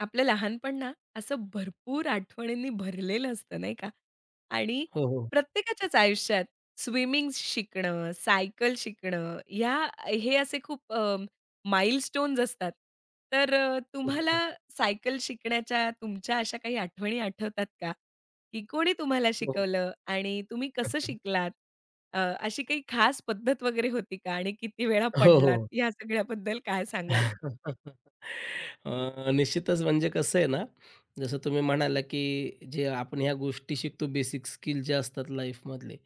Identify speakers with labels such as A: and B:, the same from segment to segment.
A: आपलं लहानपण ना, असं भरपूर आठवणींनी भरलेलं असतं नाही का? आणि
B: हो, हो.
A: प्रत्येकाच्याच आयुष्यात स्विमिंग शिकणं, सायकल शिकणं, हे असे खूप माइलस्टोन्स असतात. तर
B: हो,
A: तुम्हाला
B: हो.
A: सायकल शिकण्याच्या तुमच्या अशा काही आठवणी आठवतात का? की कोणी तुम्हाला
B: हो, हो.
A: शिकवलं आणि तुम्ही कसं शिकलात? अशी काही खास पद्धत वगैरे होती का? आणि किती वेळा
B: हो,
A: पडलात?
B: हो.
A: या सगळ्याबद्दल काय सांगाल?
B: निश्चितच म्हणजे कसं आहे ना, जसं तुम्ही म्हणाला, की जे आपण ह्या गोष्टी शिकतो बेसिक स्किल जे असतात लाईफमधले,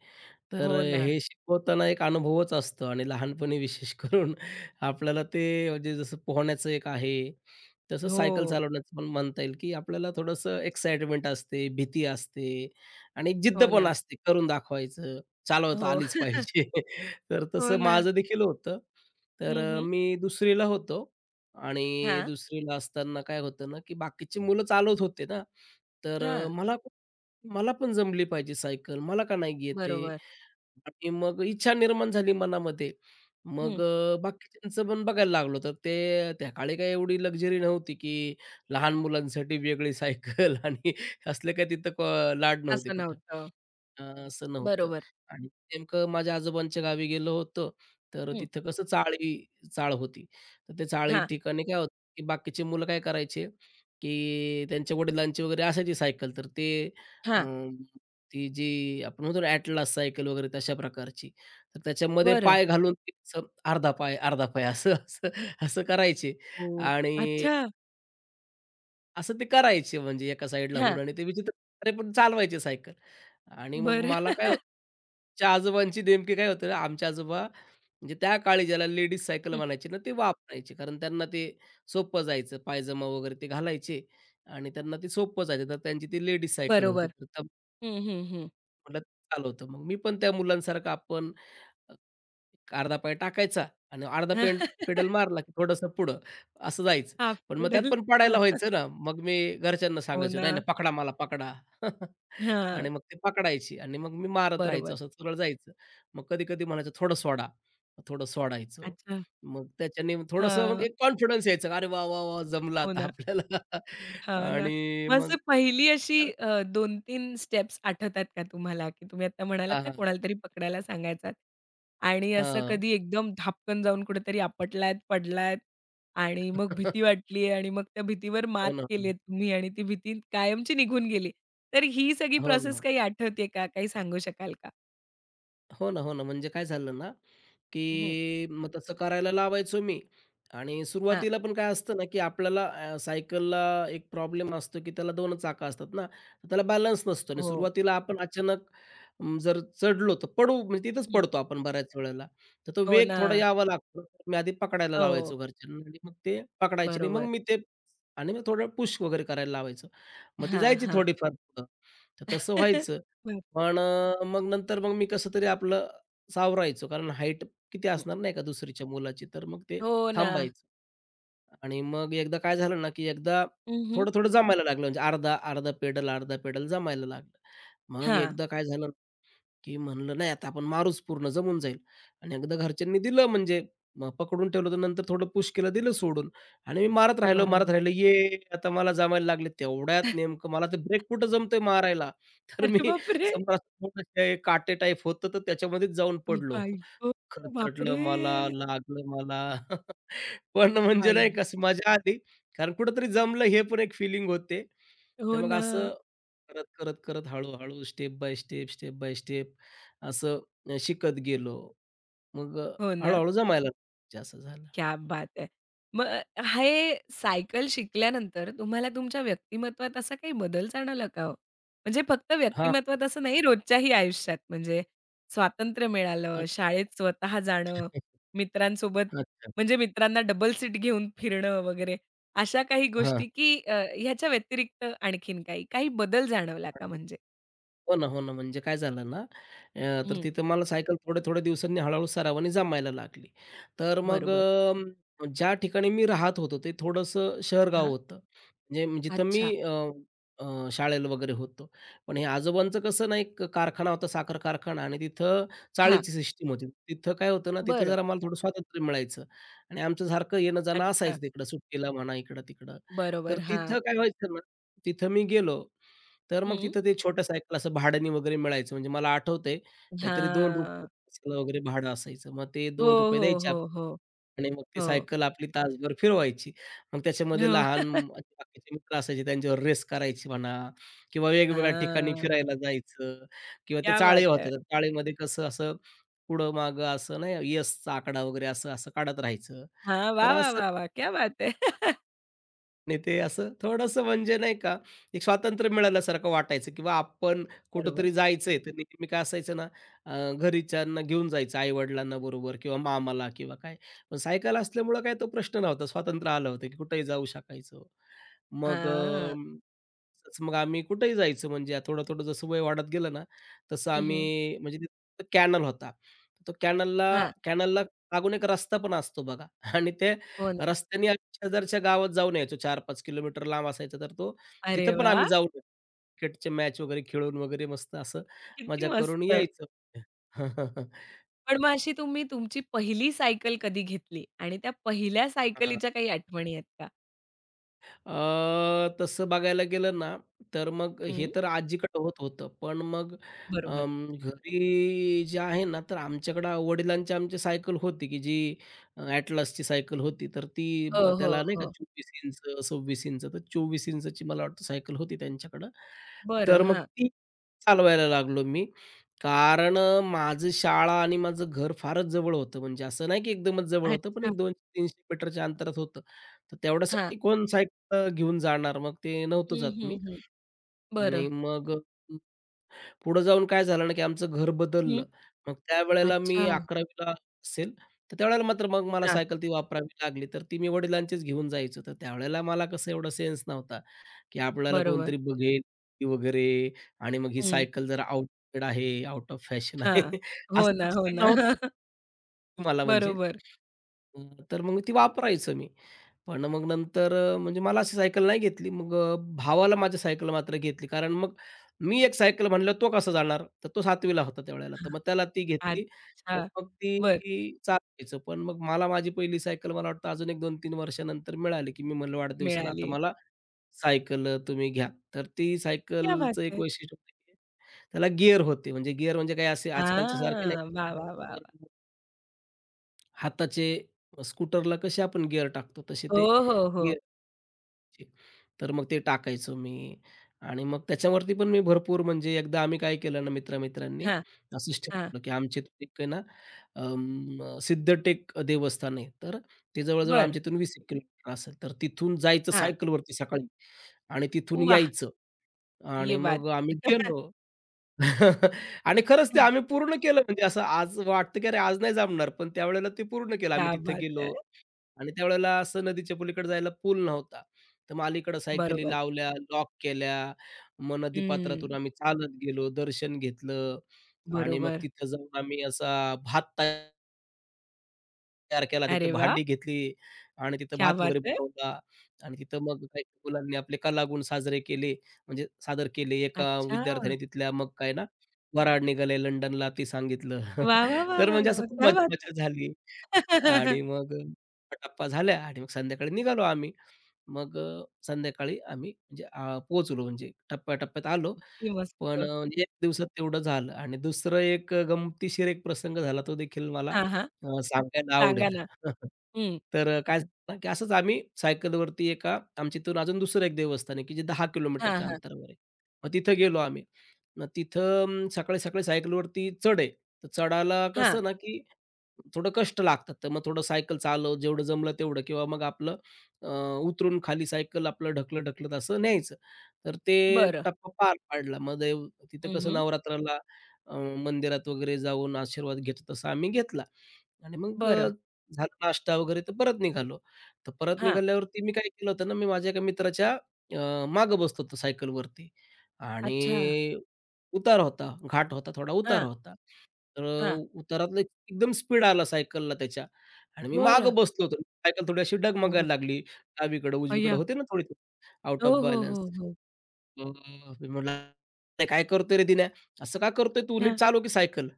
B: तर
A: हो ना.
B: हे शिकवताना एक अनुभवच असतो आणि लहानपणी विशेष करून आपल्याला ते म्हणजे जसं पोहण्याचं एक आहे, तसं
A: हो.
B: सायकल चालवण्याचं पण म्हणता येईल, की आपल्याला थोडंसं एक्साइटमेंट असते, भीती असते आणि एक जिद्द
A: हो
B: पण
A: ना.
B: असते, करून दाखवायचं, चालवता
A: हो.
B: आलीच पाहिजे. तर
A: हो
B: तसं
A: ना.
B: माझं देखील होतं. तर
A: हं, हं.
B: मी 2री ला होतो आणि
A: हां,
B: 2री ला असताना काय होतं ना, की बाकीची मुलं चालवत होते ना, तर
A: हां.
B: मला पण जमली पाहिजे सायकल, मला का नाही येत आहे?
A: बरोबर.
B: आणि मग इच्छा निर्माण झाली मनामध्ये. मग
A: हं.
B: बाकीच्यांचं पण बघायला लागलो, तर ते त्या काळी काही एवढी लक्झरी नव्हती, की लहान मुलांसाठी वेगळी सायकल आणि असले काही तिथं लाड नव्हते
A: असं
B: कुठं.
A: नव्हतं.
B: असं नव्हतं
A: बरोबर.
B: आणि नेमकं माझ्या आजोबांच्या गावी गेलो होतो, तर
A: हं.
B: तिथं कसं चाळ होती. तर ते चाळी
A: हां,
B: ठिकाणी काय होतं, की बाकीची मुलं काय करायचे, की त्यांच्या वडिलांची वगैरे असायची सायकल, तर ते अ,
A: हां.
B: ती जी आपण म्हणतो ना Atlas सायकल वगैरे तशा प्रकारची. तर त्याच्यामध्ये
A: बरं.
B: पाय घालून ते असं अर्धा पाय, अर्धा पाय असं असं असं करायचे
A: हो.
B: आणि
A: अच्छा.
B: असं ते करायचे म्हणजे एका साईडला
A: हां.
B: होऊन आणि ते विचित्र प्रकारे पण चालवायचे सायकल. आणि मग मला
A: बरं.
B: काय होतं, आमच्या आजोबांची नेमकी काय होतं ना, आमचे आजोबा म्हणजे त्या काळी ज्याला लेडीज सायकल म्हणायचे ना, ते वापरायचे. कारण त्यांना ते सोपं जायचं. पायजमा वगैरे ते घालायचे आणि त्यांना ते सोपं जायचं. तर त्यांची ती लेडीज सायकल होती.
A: बरोबर.
B: तर त्या
A: हं, हं, हं.
B: मला चालवतं. मग मी पण त्या मुलांसारखं आपण एक अर्धा पाय टाकायचा आणि अर्धा पेंड पेडल मारला, की थोडंसं पुढं असं जायचं.
A: हाफ
B: पण मग त्यात
A: पेडल.
B: पण पडायला व्हायचं ना. मग मी घरच्यांना
A: हो
B: सांगायचो,
A: ना.
B: "नाही, नाही पकडा मला, पकडा."
A: हां.
B: आणि मग ते पकडायची आणि मग मी मारत राहायचो,
A: बरोबर.
B: असं सरळ जायचं. मग कधी-कधी म्हणायचं, "थोडं सोडा." मग थोडं सोडायचो.
A: अच्छा.
B: मग त्याच्याने मग थोडंसं मग
A: हां.
B: एक कॉन्फिडन्स यायचा, "अरे वाह, वाह, वाह! जमलं
A: हो
B: आता
A: ना.
B: आपल्याला."
A: हां ना.
B: आणि
A: मग
B: मग
A: असं पहिली अशी
B: तर
A: 2-3 स्टेप्स आठवतात का तुम्हाला? की तुम्ही आता म्हणालात
B: हां,
A: ना
B: हां.
A: कोणाला तरी पकडायला सांगायचात आणि असं कधी एकदम धापकन जाऊन कुठेतरी आपटलात, पडलात आणि मग भीती वाटली आणि मग त्या भीतीवर मात
B: हो ना, हो
A: केलीये
B: ना.
A: तुम्ही आणि ती भीती कायमची निघून गेली. तर ही सगळी
B: हो
A: प्रोसेस
B: ना.
A: काही आठवते का? काही सांगू शकाल का?
B: हो ना, हो ना. म्हणजे काय झालं ना,
A: हं.
B: की मग तसं करायला लावायचो मी आणि
A: हां.
B: सुरुवातीला पण काय असतं ना, की आपल्याला सायकलला एक प्रॉब्लेम असतो, की त्याला 2 चाकं असतात ना, तर त्याला बॅलन्स नसतो आणि
A: हो.
B: सुरुवातीला आपण अचानक जर चढलो तर पडू म्हणजे तिथंच
A: हं.
B: पडतो आपण बऱ्याच वेळेला. तर तो
A: हो
B: वेग
A: ना.
B: थोडा यावा लागतो. मी आधी पकडायला
A: हो.
B: लावायचो घरच्यांना आणि मग ते पकडायचे नाही. मग
A: बरोबर.
B: मी ते आणि मग थोडं पुश वगैरे करायला लावायचो. मग ती
A: हां,
B: जायची
A: हां.
B: थोडीफार पुढं. तर तसं व्हायचं.
A: बरं.
B: पण मग नंतर मग मी कसं तरी आपलं सावरायचो. कारण हाईट किती
A: हं.
B: असणार नाही का दुसरीच्या मुलाची, तर मग ते
A: हो ना.
B: थांबायचं. आणि मग एकदा काय झालं ना, की एकदा
A: हं, हं.
B: थोडं-थोडं जमायला लागलं. म्हणजे अर्धा, अर्धा पेडल, अर्धा पेडल जमायला लागलं. मग
A: हां.
B: एकदा काय झालं की म्हणलं नाही आता आपण मारूच पूर्ण जमून जाईल आणि एकदा घरच्यांनी दिलं म्हणजे मग पकडून ठेवलं तर नंतर थोडं पुश केलं दिलं सोडून आणि मी मारत राहिलो मारत
A: बरोबर.
B: राहिलो ये आता मला जमायला लागले तेवढ्यात नेमकं मला ते ब्रेक कुठं जमतंय मारायला तर
A: अरे
B: मी
A: बापरे!
B: समजा थोडं ते काटे टाईप होतं तर त्याच्यामध्येच जाऊन
A: आई गं,
B: पडलो
A: आई गं!
B: खरचटलं
A: बापरे!
B: मला लागलं मला पण म्हणजे
A: आई
B: नाही
A: गं!
B: का, असं मजा आली. कारण कुठेतरी जमलं हे पण एक फिलिंग होते. तर
A: हो
B: मग
A: ना,
B: असं करत, करत, करत हळू-हळू step by step, step by step असं शिकत गेलो. मग
A: हो ना.
B: हळू-हळू जमायला लागलं. म्हणजे असं झालं.
A: क्या बात है! मग हे सायकल शिकल्यानंतर तुम्हाला तुमच्या व्यक्तिमत्त्वात असा काही बदल जाणवला का हो? म्हणजे फक्त
B: हां.
A: व्यक्तिमत्त्वात असं नाही, रोजच्याही आयुष्यात म्हणजे स्वातंत्र्य मिळालं,
B: अच्छा.
A: शाळेत स्वतः जाणं, मित्रांसोबत म्हणजे मित्रांना डबल सीट घेऊन फिरणं वगैरे अशा काही
B: हां.
A: गोष्टी, की ह्याच्या व्यतिरिक्त आणखीन काही? काही बदल जाणवला का
B: आणि
A: म्हणजे?
B: हो ना, हो ना. म्हणजे काय झालं ना, तर
A: हं,
B: तिथं मला सायकल थोड्या-थोड्या दिवसांनी हळू सरावाने जमायला लागली. तर मग
A: बरोबर.
B: ज्या ठिकाणी मी राहत होतो ते थोडंसं शहर
A: हां.
B: होतं. म्हणजे म्हणजे जिथं मी
A: अच्छा.
B: शाळेला वगैरे होतो. पण हे आजोबांचं कसं ना, एक कारखाना होता, साखर कारखाना आणि तिथं
A: हां,
B: चाळीची सिस्टीम होती. तिथं काय होतं ना, तिथं
A: बरं.
B: जरा मला थोडं स्वातंत्र्य मिळायचं आणि आमचं सारखं येणं-जाणं
A: अच्छा.
B: असायचं तिकडं सुट्टीला म्हणा, इकडं-तिकडं. तर
A: बरोबर. हां.
B: तिथं काय व्हायचं ना, तिथं मी गेलो तर मग
A: हं.
B: तिथं ते छोटं सायकल असं भाड्याने वगैरे मिळायचं. म्हणजे मला आठवतंय काहीतरी
A: हां.
B: ₹2 तासाला वगैरे भाडं असायचं. मग ते
A: हो,
B: ₹2
A: हो,
B: द्यायचे आप
A: हो, हो,
B: आणि मग ती
A: हो.
B: सायकल आपली तासभर फिरवायची. मग त्याच्यामध्ये
A: हो.
B: लहान बाकीचे मित्र असायचे त्यांच्यावर रेस करायची म्हणा किंवा वेगवेगळ्या ठिकाणी
A: हां.
B: फिरायला जायचं किंवा ते
A: क्या
B: चाळे
A: बात है!
B: होते. तर चाळेमध्ये कसं असं पुढं-मागं असं नाही, येसचा आकडा वगैरे असं असं काढत राहायचं.
A: हां,
B: तर
A: वाह, वाह,
B: असं
A: वाह, वाह! क्या बात है!
B: नाही ते असं थोडंसं म्हणजे नाही का, एक स्वातंत्र्य मिळाल्यासारखं वाटायचं किंवा आपण
A: बरोबर.
B: कुठेतरी जायचंय, तर नेहमी काय असायचं ना, घरच्यांना घेऊन जायचं आई-वडिलांना बरोबर किंवा मामाला किंवा काय. पण सायकल असल्यामुळं काय तो प्रश्न नव्हता. स्वातंत्र्य आलं होतं, की कुठेही जाऊ शकायचो. मग
A: हां.
B: तसं मग आम्ही कुठेही जायचो म्हणजे थोडं-थोडं जसं वय वाढत गेलं ना, तसं
A: हं, हं.
B: आम्ही म्हणजे तिथं कॅनल होता. तो कॅनलला
A: हां.
B: कॅनलला लागून एक रस्ता पण असतो बघा आणि ते
A: हो ना.
B: रस्त्याने आम्ही शेजारच्या गावात जाऊन यायचो 4-5 किलोमीटर लांब असायचा तर तो.
A: अरे
B: तिथं पण
A: वाह!
B: आम्ही जाऊन क्रिकेटचे मॅच वगैरे खेळून वगैरे मस्त असं
A: किती
B: मजा करून
A: मस्त.
B: यायचो.
A: पण मग अशी तुम्ही तुमची पहिली सायकल कधी घेतली आणि त्या पहिल्या सायकलीच्या काही आठवणी आहेत का?
B: अ, तसं बघायला गेलं ना, तर मग हे
A: हं.
B: तर आजीकडं होत होतं. पण मग
A: बरोबर.
B: घरी जे आहे ना, तर आमच्याकडं वडिलांची आमची सायकल होती, की जी Atlasची सायकल होती. तर ती ब
A: हो, हो,
B: त्याला नाही का
A: हो.
B: 24 इंच, 26 इंच, तर 24 इंचची मला वाटतं सायकल होती त्यांच्याकडं.
A: बरं.
B: तर मग
A: हां.
B: ती चालवायला लागलो मी. कारण माझं शाळा आणि माझं घर फारच जवळ होतं. म्हणजे असं नाही की एकदमच जवळ होतं, पण
A: अच्छा.
B: एक 200-300 मीटरच्या अंतरात होतं. तर
A: हां.
B: तेवढ्यासाठी कोण घेऊन जाणार. मग ते नव्हतो
A: हं,
B: जात
A: हं,
B: मी
A: हं. बरं.
B: आणि मग पुढं जाऊन काय झालं ना, की आमचं घर
A: हं.
B: बदललं. मग त्यावेळेला
A: अच्छा.
B: मी 11वीला असेल, तर त्यावेळेला मात्र मग मला
A: हां,
B: सायकल ती वापरावी लागली. तर ती मी वडिलांचीच घेऊन जायचो. तर त्यावेळेला मला कसं एवढा सेन्स नव्हता, की आपल्याला
A: बरोबर.
B: कोणतरी बघेल की वगैरे आणि मग ही
A: हं.
B: सायकल जरा आउटडेटेड आहे, आउट ऑफ फॅशन आहे,
A: हां. हो
B: असा
A: ना, हो ना.
B: विचार मला म्हणजे.
A: बरोबर.
B: अ, तर मग ती वापरायचं मी. पण मग नंतर म्हणजे मला अशी सायकल नाही घेतली. मग भावाला माझ्या सायकल मात्र घेतली. कारण मग मी एक सायकल म्हणल्यावर तो कसा जाणार? तर तो 7वी होता त्यावेळेला. तर मग त्याला ती घेतली. तर
A: अच्छा.
B: मग
A: बरं,
B: ती चालायचं. पण मग मला माझी पहिली सायकल मला वाटतं अजून एक 2-3 वर्षानंतर मिळाली, की मी म्हणलं वाढदिवसाला आता
A: मिळाली.
B: मला सायकल तुम्ही घ्या. तर ती
A: क्या बात
B: सायकलचं एक
A: है!
B: वैशिष्ट्य होतं, की त्याला गिअर होते. म्हणजे गिअर म्हणजे काही असे आजकालचे सारखे नाही.
A: हां. वाह, वाह, वाह, वाह!
B: हाताचे स्कूटरला कसे आपण गिअर टाकतो तसे
A: हो,
B: ते
A: हो, हो.
B: गिअरचे. तर मग ते टाकायचो मी आणि मग त्याच्यावरती पण मी भरपूर म्हणजे एकदा आम्ही काय केलं ना मित्र
A: हां,
B: असंच
A: हां.
B: ठेवलं, की आमच्या इथून एक आहे ना सिद्धटेक देवस्थान आहे. तर ते जवळ
A: बरं.
B: आमच्या इथून 20 एक किलोमीटर असेल. तर तिथून जायचं
A: हां.
B: सायकलवरती सकाळी आणि तिथून
A: वाह!
B: यायचं
A: ये
B: आणि
A: बात.
B: मग आम्ही गेलो. आणि खरंच ते आम्ही पूर्ण केलं म्हणजे असं आज वाटतं, की अरे आज नाही जमणार, पण त्यावेळेला ते पूर्ण केलं. आम्ही
A: क्या
B: तिथे
A: बात है!
B: गेलो आणि त्यावेळेला असं नदीच्या पलीकडे जायला पूल नव्हता. तर मग अलीकडं सायकली
A: बरोबर.
B: लावल्या, लॉक केल्या. मग नदीपात्रातून
A: हं.
B: आम्ही चालत गेलो, दर्शन घेतलं आणि मग
A: बरोबर.
B: तिथं जाऊन आम्ही असा भात तयार केला.
A: अरे
B: तिथं
A: वाह!
B: भांडी घेतली आणि तिथं
A: क्या
B: भात
A: बात
B: वगैरे
A: है!
B: बनवला आणि तिथं मग काही मुलांनी आपले कलागुण साजरे केले, म्हणजे सादर केले. एका
A: अच्छा.
B: विद्यार्थ्याने तिथल्या मग काय ना, "वऱ्हाड निघालंय लंडनला" ते सांगितलं.
A: वाह, वाह, वाह,
B: तर
A: वाह,
B: म्हणजे असं
A: वाह!
B: खूप
A: क्या
B: मजा
A: बात है!
B: मजा झाली. आणि मग गप्पा झाल्या आणि मग संध्याकाळी निघालो आम्ही. मग संध्याकाळी आम्ही म्हणजे पोहोचलो म्हणजे टप्प्याटप्प्यात आलो.
A: किती मस्त.
B: पण म्हणजे 1 दिवसात तेवढं झालं आणि दुसरं एक गमतीशीर एक प्रसंग झाला तो देखील मला
A: हां, हां.
B: सांगायला
A: सांगा
B: आवडेल.
A: ना. हं.
B: तर काय झालं ना, की असंच आम्ही सायकलवरती एका आमच्या इथून अजून दुसरं एक देवस्थान आहे, की जे 10
A: हां,
B: किलोमीटरच्या
A: हां.
B: अंतरावर आहे. मग तिथं गेलो आम्ही. मग तिथं सकाळी-सकाळी सायकलवरती चढ आहे. तर चढायला
A: हां.
B: कसं ना, की थोडं कष्ट लागतात. तर मग थोडं सायकल चालव, जेवढं जमलं तेवढं किंवा मग आपलं अ, उतरून खाली सायकल आपलं ढकलत-ढकलत असं न्यायचं. तर ते
A: बरं.
B: टप्पा पार पाडला. मग देव तिथं
A: हं,
B: कसं
A: हं.
B: नवरात्राला अ, मंदिरात वगैरे जाऊन आशीर्वाद घेतो तसा आम्ही घेतला. आणि मग
A: बरं.
B: झाला नाश्ता वगैरे तर परत निघालो. तर परत
A: हां.
B: निघाल्यावरती मी काय केलं होतं ना, मी माझ्या एका मित्राच्या मागं बसत होतो सायकलवरती
A: अच्छा.
B: आणि उतार होता, घाट होता, थोडा उतार
A: हां,
B: होता. तर
A: हां.
B: उतारातलं एकदम स्पीड आला सायकलला त्याच्या आणि मी
A: बरं.
B: मागं बसलो होतो. सायकल थोडी अशी
A: बरं.
B: डगमगायला लागली. डावीकडं, उजवीकडं
A: अय्या!
B: होते ना थोडी आउट
A: हो,
B: ऑफ
A: हो,
B: बॅलन्स.
A: हो, हो.
B: मग मी म्हटलं, "अरे काय करतोय रे दिन्या? असं का करतोय तू? नीट
A: हां,
B: चालव की सायकल."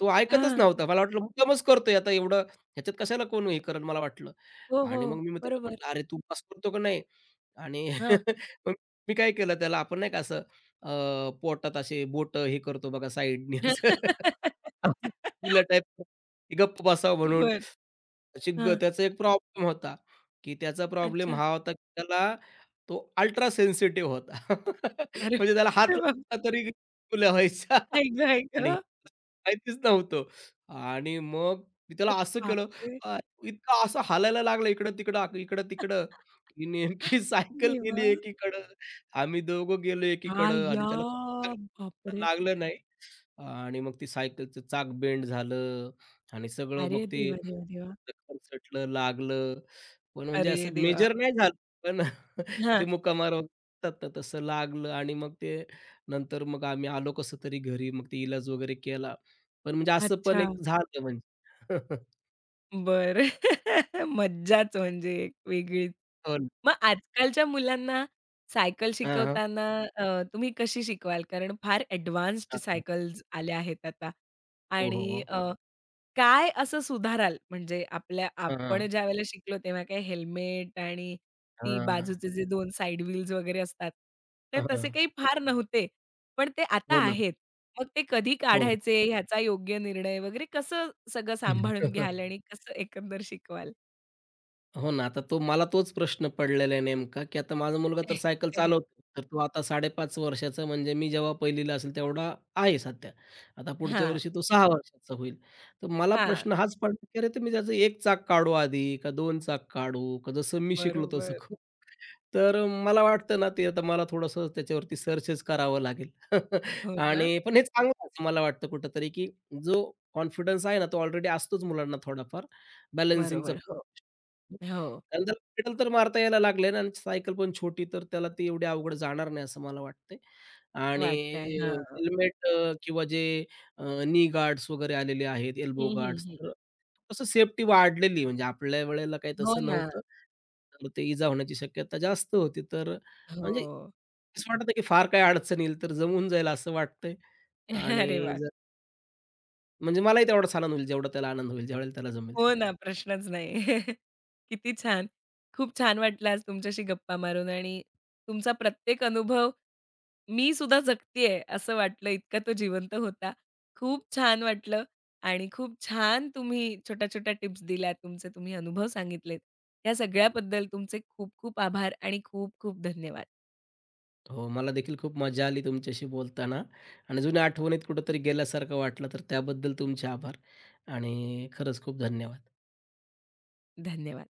B: तो ऐकतच
A: हां.
B: नव्हता. मला वाटलं मुद्दामच करतोय आता एवढं ह्याच्यात कशाला कोण हे करेल मला वाटलं.
A: हो, हो.
B: आणि मग मी त्याला
A: बरोबर.
B: म्हटलं, "अरे तू पास करतो का नाही?" आणि
A: हां.
B: मग मी काय केलं त्याला आपण नाही का असं अ, पोटात असे बोटं हे करतो बघा साइडनी असं. मुलं टाइप गप्प बसावं म्हणून.
A: बरं.
B: अशी ग
A: हां.
B: त्याचा एक प्रॉब्लेम होता, की त्याचा प्रॉब्लेम
A: अच्छा.
B: हा होता, की त्याला तो अल्ट्रा सेन्सिटिव्ह होता.
A: अरे
B: म्हणजे त्याला हात लावला
A: बाप
B: तरी गुल्या व्हायच्या.
A: आई गं, आई
B: आणि
A: गं!
B: माहितीच नव्हतं. आणि मग मी त्याला असं केलं
A: बापरे!
B: अ, इतका असं हालायला लागला इकडं-तिकडं, इकडं-तिकडं, की नेमकी सायकल गेली
A: देवा!
B: एकीकडं, आम्ही दोघं गेलो एकीकडं
A: अय्या!
B: आणि त्याला खूप लागलं
A: बापरे!
B: लागलं नाही. आणि मग ती सायकलचं चाक बेंड झालं आणि सगळं मग
A: अरे
B: ते
A: देवा, देवा, देवा!
B: सरसटलं, लागलं. पण म्हणजे
A: अरे
B: असं
A: देवा!
B: मेजर नाही झालं, पण ते
A: हां.
B: मुका असतात ना, तसं लागलं आणि मग ते नंतर मग आम्ही आलो कसं तरी घरी. मग ते इलाज वगैरे केला. पण म्हणजे असं पण
A: अच्छा.
B: एक झालं म्हणजे.
A: बरं. मज्जाच म्हणजे एक वेगळीच.
B: हो ना.
A: मग आजकालच्या मुलांना सायकल
B: हां, हां.
A: शिकवताना अ, तुम्ही कशी शिकवाल? कारण फार एडवान्स्ड
B: हां, हां.
A: सायकल्स आल्या आहेत आता
B: हो, हो,
A: आणि
B: हो.
A: काय असं सुधाराल? म्हणजे आपल्या
B: हां,
A: आपण
B: हां.
A: ज्यावेळेला शिकलो तेव्हा काय हेल्मेट आणि ती
B: हां.
A: बाजूचे जे दोन साइड व्हील्स वगैरे असतात, तर
B: हां,
A: तसे
B: हां.
A: काही फार नव्हते. पण ते आता
B: हो ना.
A: आहेत. मग ते कधी
B: हो, हो.
A: काढायचे ह्याचा योग्य निर्णय वगैरे कसं सगळं सांभाळून घ्याल आणि कसं एकंदर शिकवाल?
B: हो ना. आता तो मला तोच प्रश्न पडलेला आहे नेमका, की आता माझा मुलगा तर सायकल चालवतो. तर तो आता 5.5 वर्षाचा म्हणजे मी जेव्हा 1ली असेल तेवढा आहे सध्या. आता पुढच्या
A: हां,
B: वर्षी तो 6 वर्षाचा होईल. तर मला
A: हां.
B: प्रश्न हाच पडला, की अरे, तर मी त्याचं 1 चाक काढू आधी का 2 चाक काढू? का जसं मी शिकलो तसं
A: बरोबर.
B: तर मला वाटतं ना, ते आता मला थोडंसं त्याच्यावरती सर्चच करावं लागेल
A: हो ना.
B: आणि पण हे चांगलं आहे असं मला वाटतं कुठेतरी, की जो कॉन्फिडन्स आहे ना, तो ऑलरेडी असतोच मुलांना थोडाफार बॅलन्सिंगचा.
A: बरोबर. हो, हो.
B: कारण त्याला पेडल तर मारता यायला लागले ना आणि सायकल पण छोटी, तर त्याला ती एवढी अवघड जाणार नाही असं मला वाटतंय आणि
A: वाटतंय. हां.
B: हेल्मेट किंवा जे नी गार्ड्स वगैरे आलेले आहेत, एल्बो
A: हं, हं,
B: गार्ड्स,
A: हं.
B: तर तसं सेफ्टी वाढलेली म्हणजे आपल्या वेळेला काही
A: हो
B: तसं
A: ना.
B: नव्हतं. तर ते इजा होण्याची शक्यता जास्त होती. तर म्हणजे
A: हो.
B: असं वाटतं की फार काही अडचण येईल, तर जमून जाईल असं वाटतंय
A: अरे
B: आणि
A: वाह!
B: जर म्हणजे मलाही तेवढाच आनंद होईल, जेवढा त्याला आनंद होईल, ज्यावेळेला त्याला जमेल
A: हो
B: त्यावेळेला.
A: ना, प्रश्नच नाही. किती छान. खूप छान वाटलं आज तुमच्याशी गप्पा मारून आणि तुमचा प्रत्येक अनुभव मी सुद्धा जगतीये असं वाटलं, इतका तो जिवंत होता. खूप छान वाटलं आणि खूप छान तुम्ही छोट्या-छोट्या टिप्स दिल्या, तुमचे तुम्ही अनुभव सांगितलेत. या सगळ्याबद्दल तुमचे खूप खूप आभार आणि खूप खूप धन्यवाद.
B: हो, मला देखील खूप मजा आली तुमच्याशी बोलताना आणि जुन्या आठवणीत कुठेतरी गेल्यासारखं वाटलं, तर त्याबद्दल तुमचे आभार आणि खरंच खूप धन्यवाद.
A: धन्यवाद.